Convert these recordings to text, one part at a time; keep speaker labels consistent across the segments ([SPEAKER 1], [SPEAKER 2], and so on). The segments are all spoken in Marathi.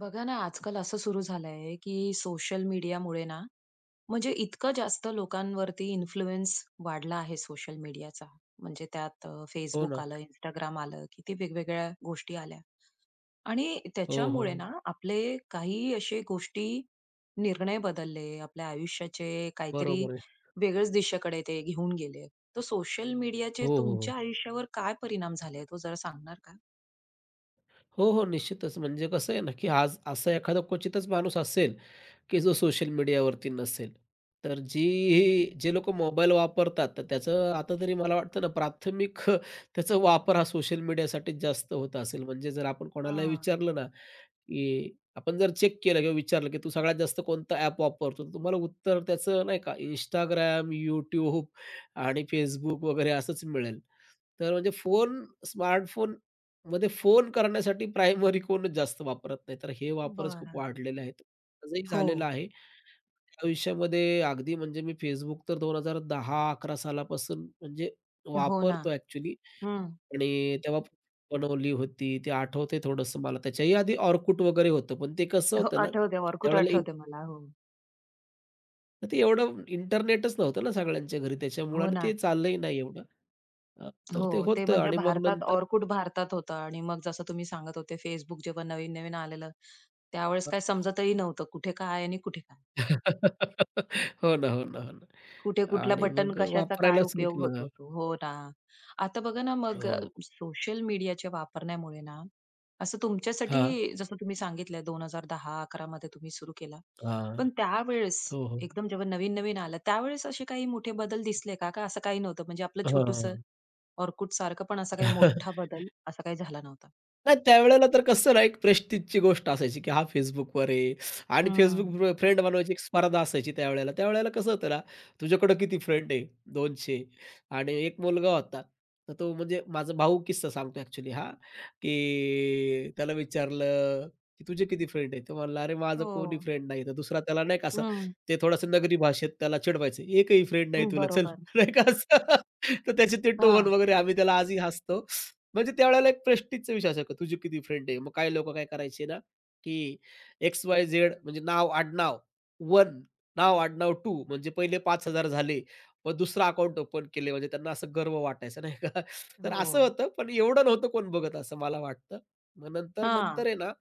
[SPEAKER 1] बघा ना, आजकाल असं सुरू झालंय, की सोशल मीडियामुळे ना, म्हणजे इतकं जास्त लोकांवरती इन्फ्लुअन्स वाढला आहे सोशल मीडियाचा. म्हणजे त्यात
[SPEAKER 2] हो
[SPEAKER 1] Facebook
[SPEAKER 2] ना.
[SPEAKER 1] आलं, Instagram आलं, किती वेगवेगळ्या गोष्टी आल्या. आणि
[SPEAKER 2] हो, हो.
[SPEAKER 1] त्याच्यामुळे ना, आपले काही असे गोष्टी, निर्णय बदलले, आपल्या आयुष्याचे काहीतरी
[SPEAKER 2] बरोबर आहे.
[SPEAKER 1] वेगळ्याच दिशेकडे ते घेऊन गेले. तर सोशल मीडियाचे
[SPEAKER 2] हो, हो, हो.
[SPEAKER 1] तुमच्या आयुष्यावर काय परिणाम झाले आहेत हो, जरा सांगणार का?
[SPEAKER 2] हो, हो. निश्चितच. म्हणजे कसं आहे ना, की आज असा एखादा क्वचितच माणूस असेल, की जो सोशल मीडियावरती नसेल. तर जी जे लोकं मोबाईल वापरतात, तर त्याचं आता तरी मला वाटतं ना, प्राथमिक त्याचा वापर हा सोशल मीडियासाठीच जास्त होत असेल. म्हणजे जर आपण कोणालाही
[SPEAKER 1] हां,
[SPEAKER 2] विचारलं ना, की आपण जर चेक केलं किंवा विचारलं की तू सगळ्यात जास्त कोणतं ॲप वापरतो? तर तुम्हाला उत्तर त्याचं नाही का Instagram, YouTube आणि Facebook वगैरे असंच मिळेल. तर म्हणजे स्मार्टफोनमध्ये फोन करण्यासाठी प्रायमरी कोणच जास्त वापरत नाही. तर हे वापरच खूप
[SPEAKER 1] बरं.
[SPEAKER 2] वाढलेले आहेत. आजही
[SPEAKER 1] हो.
[SPEAKER 2] झालेलं आहे. आयुष्यामध्ये अगदी म्हणजे मी Facebook तर 2010-11 सालापासून म्हणजे
[SPEAKER 1] हो ना.
[SPEAKER 2] वापरतो ॲक्चुअली.
[SPEAKER 1] हं.
[SPEAKER 2] आणि तेव्हा बनवली होती. ते आठवतंय थोडंसं मला. त्याच्याही आधी Orkut वगैरे होतं. पण ते कसं
[SPEAKER 1] हो,
[SPEAKER 2] होतं ना,
[SPEAKER 1] आठवते ऑर्कुट
[SPEAKER 2] त्यावेळेला इ
[SPEAKER 1] आठवते मला. हो.
[SPEAKER 2] ते एवढं इंटरनेटच नव्हतं ना सगळ्यांच्या घरी. त्याच्यामुळं
[SPEAKER 1] हो
[SPEAKER 2] आणि ते
[SPEAKER 1] ना.
[SPEAKER 2] चाललंही नाही एवढं. अ, तर
[SPEAKER 1] हो,
[SPEAKER 2] ते
[SPEAKER 1] ते
[SPEAKER 2] होतं
[SPEAKER 1] म्हणजे
[SPEAKER 2] आणि मग
[SPEAKER 1] भारतात
[SPEAKER 2] नंतर
[SPEAKER 1] ऑर्कुट भारतात होतं आणि मग जसं तुम्ही सांगत होते Facebook जेव्हा नवीन-नवीन आलेलं, त्यावेळेस काय समजतही नव्हतं कुठे काय आणि कुठे काय.
[SPEAKER 2] हो ना, हो ना, हो ना.
[SPEAKER 1] कुठे कुठला
[SPEAKER 2] आणि
[SPEAKER 1] बटन
[SPEAKER 2] मग
[SPEAKER 1] कशाचा काय
[SPEAKER 2] वापरायला सुरू
[SPEAKER 1] उपयोग होतो
[SPEAKER 2] केलं.
[SPEAKER 1] तो. हो ना. आता बघा ना मग
[SPEAKER 2] हो.
[SPEAKER 1] सोशल मीडियाच्या वापरण्यामुळे ना, असं तुमच्यासाठी
[SPEAKER 2] हां,
[SPEAKER 1] जसं तुम्ही सांगितलं 2010-11 मध्ये तुम्ही सुरू केला.
[SPEAKER 2] हां.
[SPEAKER 1] पण त्यावेळेस
[SPEAKER 2] हो, हो.
[SPEAKER 1] एकदम जेव्हा नवीन-नवीन आलं, त्यावेळेस असे काही मोठे बदल दिसले का? का असं काही नव्हतं? म्हणजे आपलं छोटूसं
[SPEAKER 2] हां.
[SPEAKER 1] Orkut सारखं पण असा काही मोठा बदल असा काही झाला नव्हता?
[SPEAKER 2] नाही त्यावेळेला तर कसं ना, एक प्रेस्टिजची गोष्ट असायची, की हा Facebookवर आहे आणि
[SPEAKER 1] हं.
[SPEAKER 2] Facebook फ्रेंड बनवायची एक स्पर्धा असायची त्यावेळेला. त्यावेळेला कसं होतं ना, तुझ्याकडं किती फ्रेंड आहे? 200 आणि एक मुलगा होता. तर तो म्हणजे माझा भाऊ किस्सा सांगतो ॲक्चुअली हा, की त्याला विचारलं, की "तुझे किती फ्रेंड आहेत?" तो म्हणला, "अरे माझं
[SPEAKER 1] हो.
[SPEAKER 2] कोणी फ्रेंड नाही." तर दुसरा त्याला नाही का असं
[SPEAKER 1] हं.
[SPEAKER 2] ते थोडंसं नगरी भाषेत त्याला चिडवायचं, "एकही फ्रेंड नाही तुला, चल."
[SPEAKER 1] बरोबर.
[SPEAKER 2] नाही का असं. तर त्याचे ते टोन
[SPEAKER 1] हां.
[SPEAKER 2] वगैरे आम्ही त्याला आजही हसतो. म्हणजे त्यावेळेला एक प्रेस्टिजचा विषय असायचा, तुझी किती फ्रेंड आहे. मग काही लोकं काय करायचे ना, की एक्स-वाय-झेड म्हणजे नाव, आडनाव वन नाव, आडनाव 2 म्हणजे पहिले 5,000 झाले. मग दुसरं अकाउंट ओपन केले म्हणजे त्यांना असं गर्व वाटायचा नाही का. तर
[SPEAKER 1] हो.
[SPEAKER 2] असं होतं, पण एवढं नव्हतं कोण बघत असं मला वाटतं. मग नंतर,
[SPEAKER 1] हां.
[SPEAKER 2] नंतर आहे ना,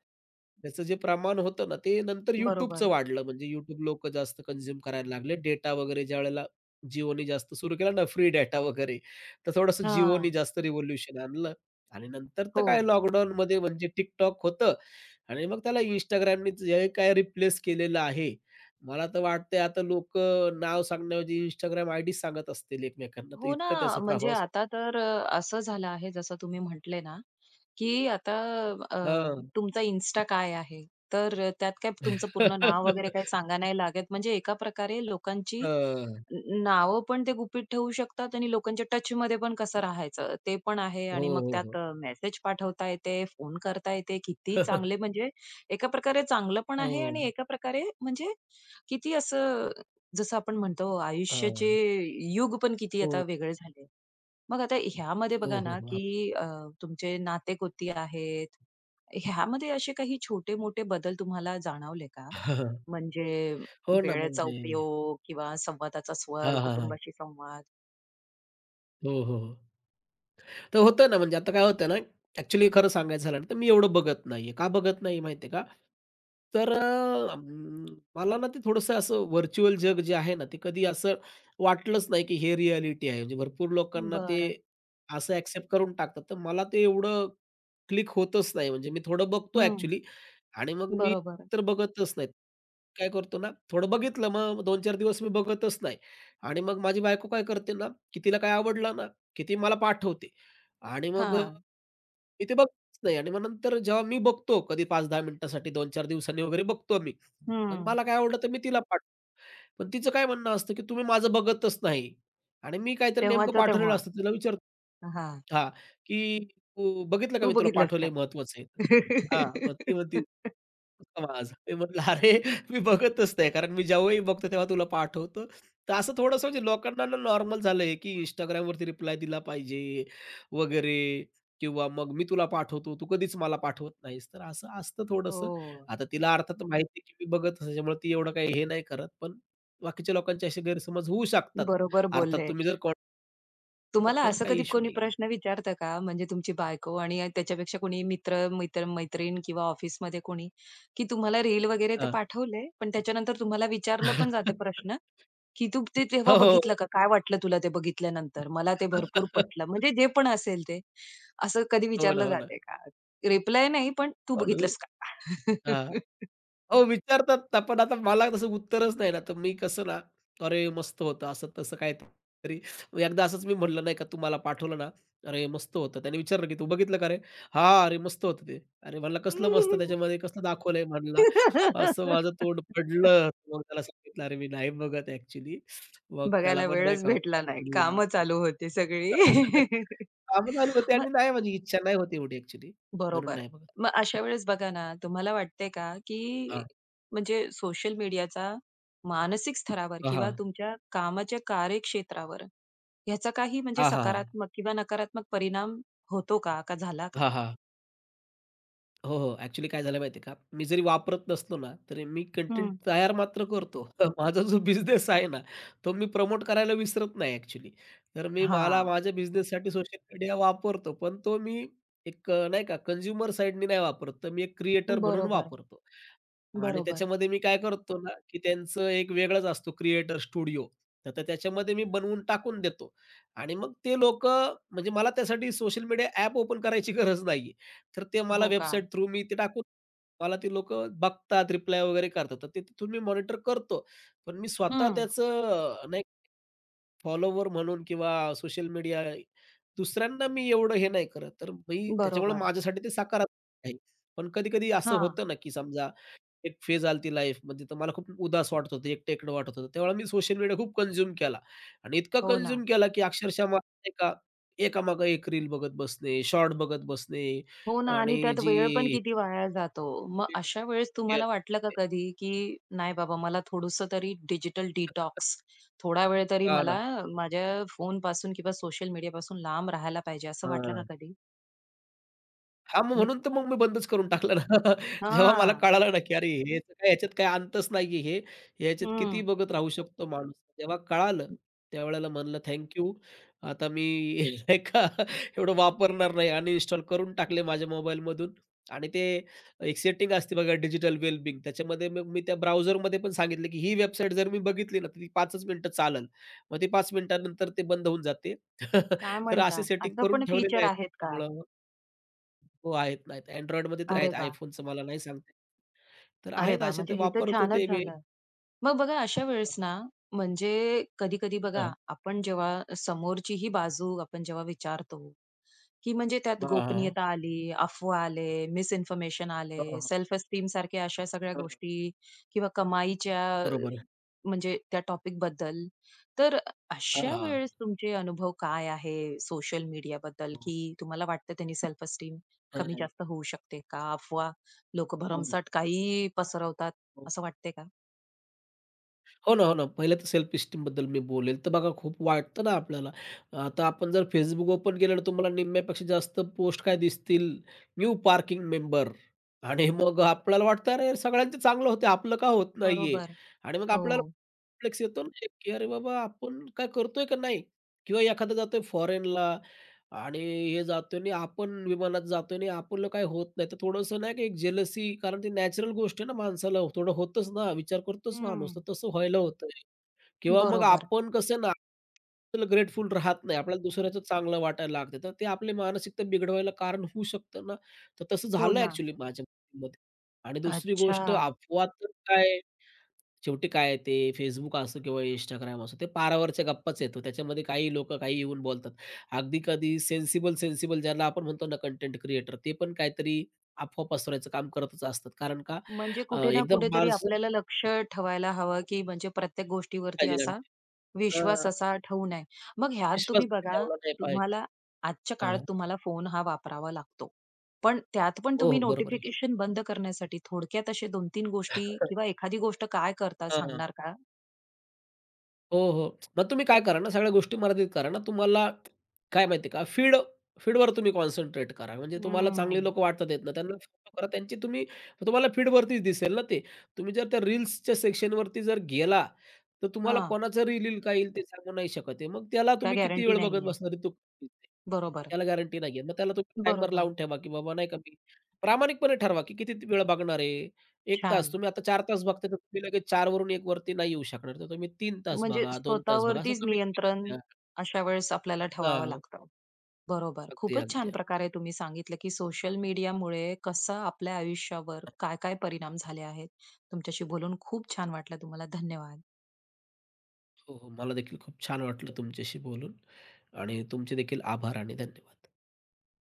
[SPEAKER 2] त्याचं जे प्रमाण होतं ना, ते नंतर YouTubeचं
[SPEAKER 1] बरोबर.
[SPEAKER 2] वाढलं. म्हणजे YouTube लोकं जास्त कंझ्युम करायला लागले. डेटा वगैरे ज्यावेळेला Jioने जास्त सुरू केला ना, फ्री डेटा वगैरे, तर थोडंसं Jioने
[SPEAKER 1] हां.
[SPEAKER 2] जास्त रिव्होल्यूशन आणलं. आणि नंतर तर
[SPEAKER 1] हो.
[SPEAKER 2] काय लॉकडाऊनमध्ये म्हणजे TikTok होतं आणि मग त्याला Instagramनी जे काय रिप्लेस केलेलं आहे. मला तर वाटतंय आता लोक नाव सांगण्याऐवजी Instagram आयडी सांगत असतील एकमेकांना, तर
[SPEAKER 1] हो
[SPEAKER 2] इतकं त्याचा
[SPEAKER 1] ना, म्हणजे
[SPEAKER 2] प्रभाव स.
[SPEAKER 1] आता तर असं झालं आहे जसं तुम्ही म्हटले ना, की आता अ,
[SPEAKER 2] हां.
[SPEAKER 1] तुमचा Insta काय आहे? तर त्यात काय तुमचं
[SPEAKER 2] हां.
[SPEAKER 1] पूर्ण नाव वगैरे काही सांगा नाही लागत. म्हणजे एका प्रकारे लोकांची नावं पण ते गुपित ठेवू शकतात आणि लोकांच्या टचमध्ये पण कसं राहायचं ते पण आहे
[SPEAKER 2] हो,
[SPEAKER 1] आणि मग
[SPEAKER 2] हो, हो.
[SPEAKER 1] त्यात मेसेज पाठवता येते, फोन करता येते. किती चांगले म्हणजे एका प्रकारे चांगलं पण
[SPEAKER 2] हो.
[SPEAKER 1] आहे आणि एका प्रकारे म्हणजे किती असं जसं आपण म्हणतो आयुष्याचे
[SPEAKER 2] हां.
[SPEAKER 1] युग पण किती
[SPEAKER 2] हो,
[SPEAKER 1] आता वेगळे झाले. मग आता ह्यामध्ये
[SPEAKER 2] हो,
[SPEAKER 1] बघा
[SPEAKER 2] हो,
[SPEAKER 1] ना,
[SPEAKER 2] हो.
[SPEAKER 1] की तुमचे नातेगोती आहेत, ह्यामध्ये असे काही छोटे-मोठे बदल तुम्हाला जाणवले का? म्हणजे
[SPEAKER 2] हो ना,
[SPEAKER 1] वेळेचा
[SPEAKER 2] म्हणजे
[SPEAKER 1] उपयोग किंवा संवादाचा
[SPEAKER 2] हां,
[SPEAKER 1] स्वर,
[SPEAKER 2] हां, हां.
[SPEAKER 1] कुटुंबाशी संवाद?
[SPEAKER 2] हो, हो, हो. तर होतं ना, म्हणजे आता काय होतं ना, ॲक्चुअली खरं सांगायचं झालं ना, तर मी एवढं बघत नाहीये. का बघत नाही माहिती का? तर अ, अं, म, मला ना ते थोडंसं असं व्हर्चुअल जग जे आहे ना, ते कधी असं वाटलंच नाही, की हे रिॲलिटी आहे. म्हणजे भरपूर लोकांना ते
[SPEAKER 1] बरं.
[SPEAKER 2] असं ॲक्सेप्ट करून टाकतात. तर मला ते एवढं क्लिक होतच नाही. म्हणजे मी थोडं बघतो
[SPEAKER 1] हं.
[SPEAKER 2] ॲक्चुअली आणि मग मी
[SPEAKER 1] बरोबर.
[SPEAKER 2] तर बघतच नाही. काय करतो ना, थोडं बघितलं मग 2-4 दिवस मी बघतच नाही आणि मग माझी बायको काय करते ना, की तिला काय आवडलं ना, की ती मला पाठवते. आणि मग अ,
[SPEAKER 1] हां.
[SPEAKER 2] मी ते बघतच नाही आणि मग नंतर जेव्हा मी बघतो कधी 5-10 मिनिटासाठी 2-4 दिवसांनी वगैरे बघतो मी. मग
[SPEAKER 1] हं.
[SPEAKER 2] मला काय आवडलं तर मी तिला पाठवतो. पण तिचं काय म्हणणं असतं, की तुम्ही माझं बघतच नाही आणि मी काहीतरी नेमकं
[SPEAKER 1] तेव्हाच्या
[SPEAKER 2] पाठवलेलं
[SPEAKER 1] तेव्हा.
[SPEAKER 2] असतं तिला
[SPEAKER 1] हां.
[SPEAKER 2] विचारतो. हां, की तू बघितलं का
[SPEAKER 1] तू
[SPEAKER 2] मी तुला
[SPEAKER 1] बघितलंस का?
[SPEAKER 2] पाठवलंय महत्वाचं आहे. हां, मग ती म्हणती माझं. मी म्हटलं अरे मी बघतच नाही कारण मी जेव्हाही बघतो तेव्हा तुला पाठवतो. तर असं थोडंसं म्हणजे लोकांना नॉर्मल झालंय, की Instagramवरती रिप्लाय दिला पाहिजे वगैरे किंवा मग मी तुला पाठवतो, तू कधीच मला पाठवत नाहीस. तर असं असतं
[SPEAKER 1] हो.
[SPEAKER 2] थोडंसं. आता तिला अर्थात माहिती आहे की मी बघत असेल, त्यामुळे ती एवढं काही हे नाही करत. पण बाकीच्या लोकांचे असे गैरसमज होऊ शकतात.
[SPEAKER 1] बरोबर
[SPEAKER 2] अर्थात
[SPEAKER 1] बोलले.
[SPEAKER 2] तुम्ही जर कॉन्टॅक्ट
[SPEAKER 1] तुम्हाला
[SPEAKER 2] तर
[SPEAKER 1] असं
[SPEAKER 2] काही
[SPEAKER 1] कधी
[SPEAKER 2] इश्यू
[SPEAKER 1] कोणी
[SPEAKER 2] नाही आहे.
[SPEAKER 1] प्रश्न विचारतं का? म्हणजे तुमची बायको आणि त्याच्यापेक्षा कोणी मित्र, मित्र मैत्रीण किंवा ऑफिसमध्ये कोणी, की तुम्हाला रील वगैरे तर
[SPEAKER 2] हां.
[SPEAKER 1] पाठवले, पण त्याच्यानंतर तुम्हाला विचारलं पण जाते प्रश्न, की "तू ते तेव्हा
[SPEAKER 2] हो, हो.
[SPEAKER 1] बघितलं का? काय वाटलं तुला ते बघितल्यानंतर? मला ते भरपूर पटलं." म्हणजे जे पण असेल ते. असं कधी
[SPEAKER 2] हो ना,
[SPEAKER 1] विचारलं
[SPEAKER 2] हो ना.
[SPEAKER 1] जाते का? रिप्लाय नाही, पण "तू
[SPEAKER 2] हो ना.
[SPEAKER 1] बघितलंस का?"
[SPEAKER 2] हां. हो, विचारतात ना, पण आता मला तसं उत्तरच नाही ना, तर मी कसं ना, "अरे मस्त होतं," असं तसं काहीतरी. मग एकदा असंच मी म्हटलं नाही का, तुम्हाला पाठवलं ना, "अरे मस्त होतं." त्याने विचारलं, की "तू बघितलं का रे?" "हां, अरे मस्त होतं ते." अरे म्हणलं, "कसलं मस्त? त्याच्यामध्ये कसलं दाखवलंय?" म्हणला. असं माझं तोंड पडलं. मग त्याला सांगितलं, "अरे मी नाही बघत ॲक्चुअली." मग त्याला
[SPEAKER 1] बघायला
[SPEAKER 2] पण नाही
[SPEAKER 1] वेळच
[SPEAKER 2] का
[SPEAKER 1] भेटला नाही. कामं चालू होती सगळी. मग
[SPEAKER 2] त्याने नाही माझी इच्छा नाही होती एवढी ॲक्चुअली, म्हणून
[SPEAKER 1] बरोबर.
[SPEAKER 2] नाही बघत.
[SPEAKER 1] मग अशा वेळेस बघा ना, तुम्हाला वाटतंय का, की
[SPEAKER 2] हां.
[SPEAKER 1] म्हणजे सोशल मीडियाचा मानसिक स्तरावर
[SPEAKER 2] हां,
[SPEAKER 1] किंवा
[SPEAKER 2] हां.
[SPEAKER 1] तुमच्या कामाच्या कार्यक्षेत्रावर ह्याचा काही म्हणजे
[SPEAKER 2] हां, हां,
[SPEAKER 1] सकारात्मक किंवा नकारात्मक परिणाम होतो का? का झाला का?
[SPEAKER 2] हां. हो, हो. ॲक्चुअली काय झालं माहिती का? मी जरी वापरत नसलो ना, तरी मी कंटेंट
[SPEAKER 1] हं.
[SPEAKER 2] तयार मात्र करतो. माझा जो बिझनेस आहे ना, तो मी प्रमोट करायला विसरत नाही ॲक्चुअली. तर मला
[SPEAKER 1] हां.
[SPEAKER 2] माझ्या बिझनेससाठी सोशल मीडिया वापरतो, पण तो मी नाही का, कंझ्युमर साइडनी नाही वापरत, तर मी एक क्रिएटर म्हणून
[SPEAKER 1] बरोबर,
[SPEAKER 2] वापरतो. आणि
[SPEAKER 1] बरोबर.
[SPEAKER 2] त्याच्यामध्ये मी काय करतो ना, की त्यांचं एक वेगळाच असतो क्रिएटर स्टुडिओ. तर तर त्याच्यामध्ये मी बनवून टाकून देतो आणि मग ते लोक, म्हणजे मला त्यासाठी सोशल मीडिया ॲप ओपन करायची गरज नाहीये. तर ते मला
[SPEAKER 1] हो का?
[SPEAKER 2] वेबसाईट थ्रू मी ते टाकून मला ती लोक बघतात, रिप्लाय वगैरे करतात. तर ते तिथून मी मॉनिटर करतो. पण मी स्वतः
[SPEAKER 1] हं.
[SPEAKER 2] त्याचं नाही फॉलोवर म्हणून किंवा सोशल मीडिया दुसऱ्यांना मी एवढं हे नाही करत. तर मी त्याच्यामुळे
[SPEAKER 1] बरोबर.
[SPEAKER 2] माझ्यासाठी ते सकारात्मक आहे. पण कधी-कधी असं
[SPEAKER 1] हां.
[SPEAKER 2] होतं ना, की समजा एक फेज आली ती लाईफमध्ये तर मला खूप उदास वाटत होतं, एकटं-एकटं वाटत होतं. त्यावेळेला मी सोशल मीडिया खूप कंझ्युम केला आणि इतका
[SPEAKER 1] हो ना.
[SPEAKER 2] कंझ्युम केला, की अक्षरशः मला नाही का एकामागं एक रील बघत बसणे, शॉर्ट बघत बसणे
[SPEAKER 1] हो ना आणि
[SPEAKER 2] आणि
[SPEAKER 1] त्यात वेळ पण
[SPEAKER 2] जी.
[SPEAKER 1] किती वाया जातो. मग अशा वेळेस तुम्हाला वाटलं का कधी, की नाही बाबा मला थोडंसं तरी डिजिटल डिटॉक्स, थोडा वेळ तरी
[SPEAKER 2] हां ना.
[SPEAKER 1] मला माझ्या फोनपासून किंवा सोशल मीडिया पासून लांब राहायला पाहिजे, असं वाटलं
[SPEAKER 2] हां.
[SPEAKER 1] का कधी?
[SPEAKER 2] हां, मग
[SPEAKER 1] नि
[SPEAKER 2] म्हणून तर मग मी बंदच करून टाकलं ना. जेव्हा मला
[SPEAKER 1] हां.
[SPEAKER 2] कळालं ना, की अरे हे तर काय ह्याच्यात काय अंतच नाहीये हे. ह्याच्यात किती
[SPEAKER 1] हं.
[SPEAKER 2] बघत राहू शकतो माणूस. जेव्हा कळालं, त्यावेळेला म्हणलं थँक आता मी नाही का एवढं वापरणार नाही. अनइन्स्टॉल करून टाकले माझ्या मोबाईलमधून आणि ते एक सेटिंग असते बघा डिजिटल वेलबिंग त्याच्यामध्ये मग मी त्या ब्राउझरमध्ये पण सांगितलं, की ही वेबसाईट जर मी बघितली ना, तर ती 5च मिनिटं चालेल. मग ती 5 मिनिटानंतर ते बंद होऊन जाते.
[SPEAKER 1] काय
[SPEAKER 2] तर
[SPEAKER 1] म्हणता?
[SPEAKER 2] असे सेटिंग
[SPEAKER 1] असं
[SPEAKER 2] करून
[SPEAKER 1] पण
[SPEAKER 2] ठेवलेले
[SPEAKER 1] फीचर
[SPEAKER 2] आहेत.
[SPEAKER 1] आहेत का?
[SPEAKER 2] त्यामुळं हो, आहेत ना. Androidमध्ये तर
[SPEAKER 1] अरे
[SPEAKER 2] आहेत.
[SPEAKER 1] वाह!
[SPEAKER 2] iPhoneचं मला नाही सांगता तर
[SPEAKER 1] अरे
[SPEAKER 2] आहेत
[SPEAKER 1] वाह!
[SPEAKER 2] असे
[SPEAKER 1] म्हणजे
[SPEAKER 2] ते
[SPEAKER 1] हे तर
[SPEAKER 2] वापरतो
[SPEAKER 1] छानच
[SPEAKER 2] ते मी.
[SPEAKER 1] झालं. मग बघा अशा वेळेस ना, म्हणजे कधी-कधी बघा
[SPEAKER 2] हां,
[SPEAKER 1] आपण जेव्हा समोरची ही बाजू आपण जेव्हा विचारतो की म्हणजे त्यात
[SPEAKER 2] हां, हां, हां.
[SPEAKER 1] गोपनीयता आली, अफवा आले, मिसइन्फॉर्मेशन आले,
[SPEAKER 2] हां, हां.
[SPEAKER 1] सेल्फ एस्टीम सारख्या अशा सगळ्या गोष्टी किंवा कमाईच्या
[SPEAKER 2] बरोबर.
[SPEAKER 1] म्हणजे त्या टॉपिक टॉपिकबद्दल. तर
[SPEAKER 2] हां,
[SPEAKER 1] अशा
[SPEAKER 2] हां.
[SPEAKER 1] वेळेस तुमचे अनुभव काय आहे सोशल मीडियाबद्दल,
[SPEAKER 2] हो.
[SPEAKER 1] की तुम्हाला वाटतं त्यांनी सेल्फ एस्टीम कमी
[SPEAKER 2] हं.
[SPEAKER 1] जास्त होऊ शकते का? अफवा लोकं
[SPEAKER 2] हो, हो.
[SPEAKER 1] भरमसाठ काहीही पसरवतात असं वाटते का?
[SPEAKER 2] हो ना, हो ना. पहिलं तर सेल्फ इस्टीमबद्दल मी बोलेल. तर बघा खूप वाटतं ना आपल्याला. आता आपण जर Facebook ओपन केलं ना तुम्हाला निम्म्यापेक्षा जास्त पोस्ट काय दिसतील, न्यू पार्किंग मेंबर आणि मग आपल्याला वाटतं अरे सगळ्यांचं चांगलं होतं आपलं का होत नाहीये?
[SPEAKER 1] बरोबर.
[SPEAKER 2] आणि मग
[SPEAKER 1] हो.
[SPEAKER 2] आपल्याला कॉम्प्लेक्स येतो ना, एक, की अरे बाबा आपण काय करतोय का नाही? किंवा एखादा जातोय फॉरेनला आणि हे जातोय आणि आपण विमानात जातोय आणि आपलं काही होत नाही. तर थोडंसं नाही का एक जेलसी कारण ती नॅचरल गोष्ट आहे ना माणसाला थोडं होतच ना, विचार करतोच
[SPEAKER 1] हं.
[SPEAKER 2] माणूस. तर तसं व्हायला होतंय किंवा मग
[SPEAKER 1] बरोबर.
[SPEAKER 2] आपण कसं ना, आपल्याला ग्रेटफुल राहत नाही. आपल्याला दुसऱ्याचं चांगलं वाटायला लागतं. तर ते आपली मानसिकता बिघडवायला कारण होऊ शकतं ना. तर तसं
[SPEAKER 1] हो
[SPEAKER 2] झालं
[SPEAKER 1] ना.
[SPEAKER 2] ॲक्चुअली माझ्या बाबतीमध्ये. आणि दुसरी
[SPEAKER 1] अच्छा.
[SPEAKER 2] गोष्ट अफवा तर काय शेवटी काय आहे ते Facebook असो किंवा Instagram असो, ते पारावरच्या गप्पाच आहेत. त्याच्यामध्ये काही लोकं काही येऊन बोलतात. अगदी कधी सेन्सिबल, सेन्सिबल ज्याला आपण म्हणतो ना कंटेंट क्रिएटर, ते पण काहीतरी अफवा पसरवायचं काम करतच असतात.
[SPEAKER 1] म्हणजे कुठे ना
[SPEAKER 2] एकदम
[SPEAKER 1] कुठेतरी
[SPEAKER 2] माणसं
[SPEAKER 1] आपल्याला लक्ष ठेवायला हवं, की म्हणजे प्रत्येक गोष्टीवरती
[SPEAKER 2] पाहिजे आणि
[SPEAKER 1] असा विश्वास
[SPEAKER 2] अ,
[SPEAKER 1] असा ठेवू नये. मग ह्यात
[SPEAKER 2] विश्वास
[SPEAKER 1] तुम्ही बघा,
[SPEAKER 2] ठेवला नाही पाहिजे.
[SPEAKER 1] तुम्हाला आजच्या काळात
[SPEAKER 2] हां.
[SPEAKER 1] तुम्हाला फोन हा वापरावा लागतो. पण त्यात पण
[SPEAKER 2] हो, हो.
[SPEAKER 1] तुम्ही
[SPEAKER 2] बरोबर आहे.
[SPEAKER 1] नोटिफिकेशन बंद करण्यासाठी थोडक्यात असे 2-3 गोष्टी किंवा एखादी गोष्ट काय करता
[SPEAKER 2] हां.
[SPEAKER 1] सांगणार का?
[SPEAKER 2] हो, हो. मग तुम्ही काय करा ना, सगळ्या गोष्टी मर्यादित करा ना. तुम्हाला काय माहिती आहे का, फीडवर तुम्ही कॉन्संट्रेट करा. म्हणजे तुम्हाला चांगली
[SPEAKER 1] हम्म.
[SPEAKER 2] लोकं वाटतात आहेत ना, त्यांना फॉलो करा. त्यांची तुम्ही तुम्हाला फीडवरतीच दिसेल ना ते. तुम्ही जर त्या रील्सच्या सेक्शनवरती जर गेला, तर तुम्हाला
[SPEAKER 1] हां,
[SPEAKER 2] कोणाचं रील येईल, काय येईल ते सांगू नाही शकत आहे. मग त्याला
[SPEAKER 1] काय
[SPEAKER 2] तुम्ही किती
[SPEAKER 1] गॅरंटी
[SPEAKER 2] वेळ बघत
[SPEAKER 1] नाहीये.
[SPEAKER 2] बसणार आहे,
[SPEAKER 1] बरोबर.
[SPEAKER 2] त्याला गॅरंटी नाही आहे. मग त्याला तुम्ही टायमर लावून
[SPEAKER 1] बरोबर.
[SPEAKER 2] ठेवा, की बाबा नाही का, मी प्रामाणिकपणे ठरवा, की किती वेळ बघणार आहे. 1 तास.
[SPEAKER 1] छान.
[SPEAKER 2] तुम्ही आता 4 तास बघताय, तर तुम्ही लगेच 4 वरून 1 वरती नाही येऊ शकणार. तर तुम्ही 3 तास
[SPEAKER 1] म्हणजे
[SPEAKER 2] बघा, 2 तास बघा, असं
[SPEAKER 1] स्वतःवरतीच
[SPEAKER 2] कमी-कमी
[SPEAKER 1] नियंत्रण
[SPEAKER 2] द्या.
[SPEAKER 1] अशा वेळेस आपल्याला ठेवावं
[SPEAKER 2] हां.
[SPEAKER 1] लागतं. बरोबर.
[SPEAKER 2] अगदी,
[SPEAKER 1] खूपच
[SPEAKER 2] अगदी,
[SPEAKER 1] छान
[SPEAKER 2] अगदी.
[SPEAKER 1] प्रकारे तुम्ही सांगितलं, की सोशल मीडियामुळे कसं आपल्या आयुष्यावर काय-काय परिणाम झाले आहेत. तुमच्याशी बोलून खूप छान वाटलं. तुम्हाला धन्यवाद.
[SPEAKER 2] हो, हो. मला देखील खूप छान वाटलं तुमच्याशी बोलून आणि तुमचे देखील आभार आणि धन्यवाद.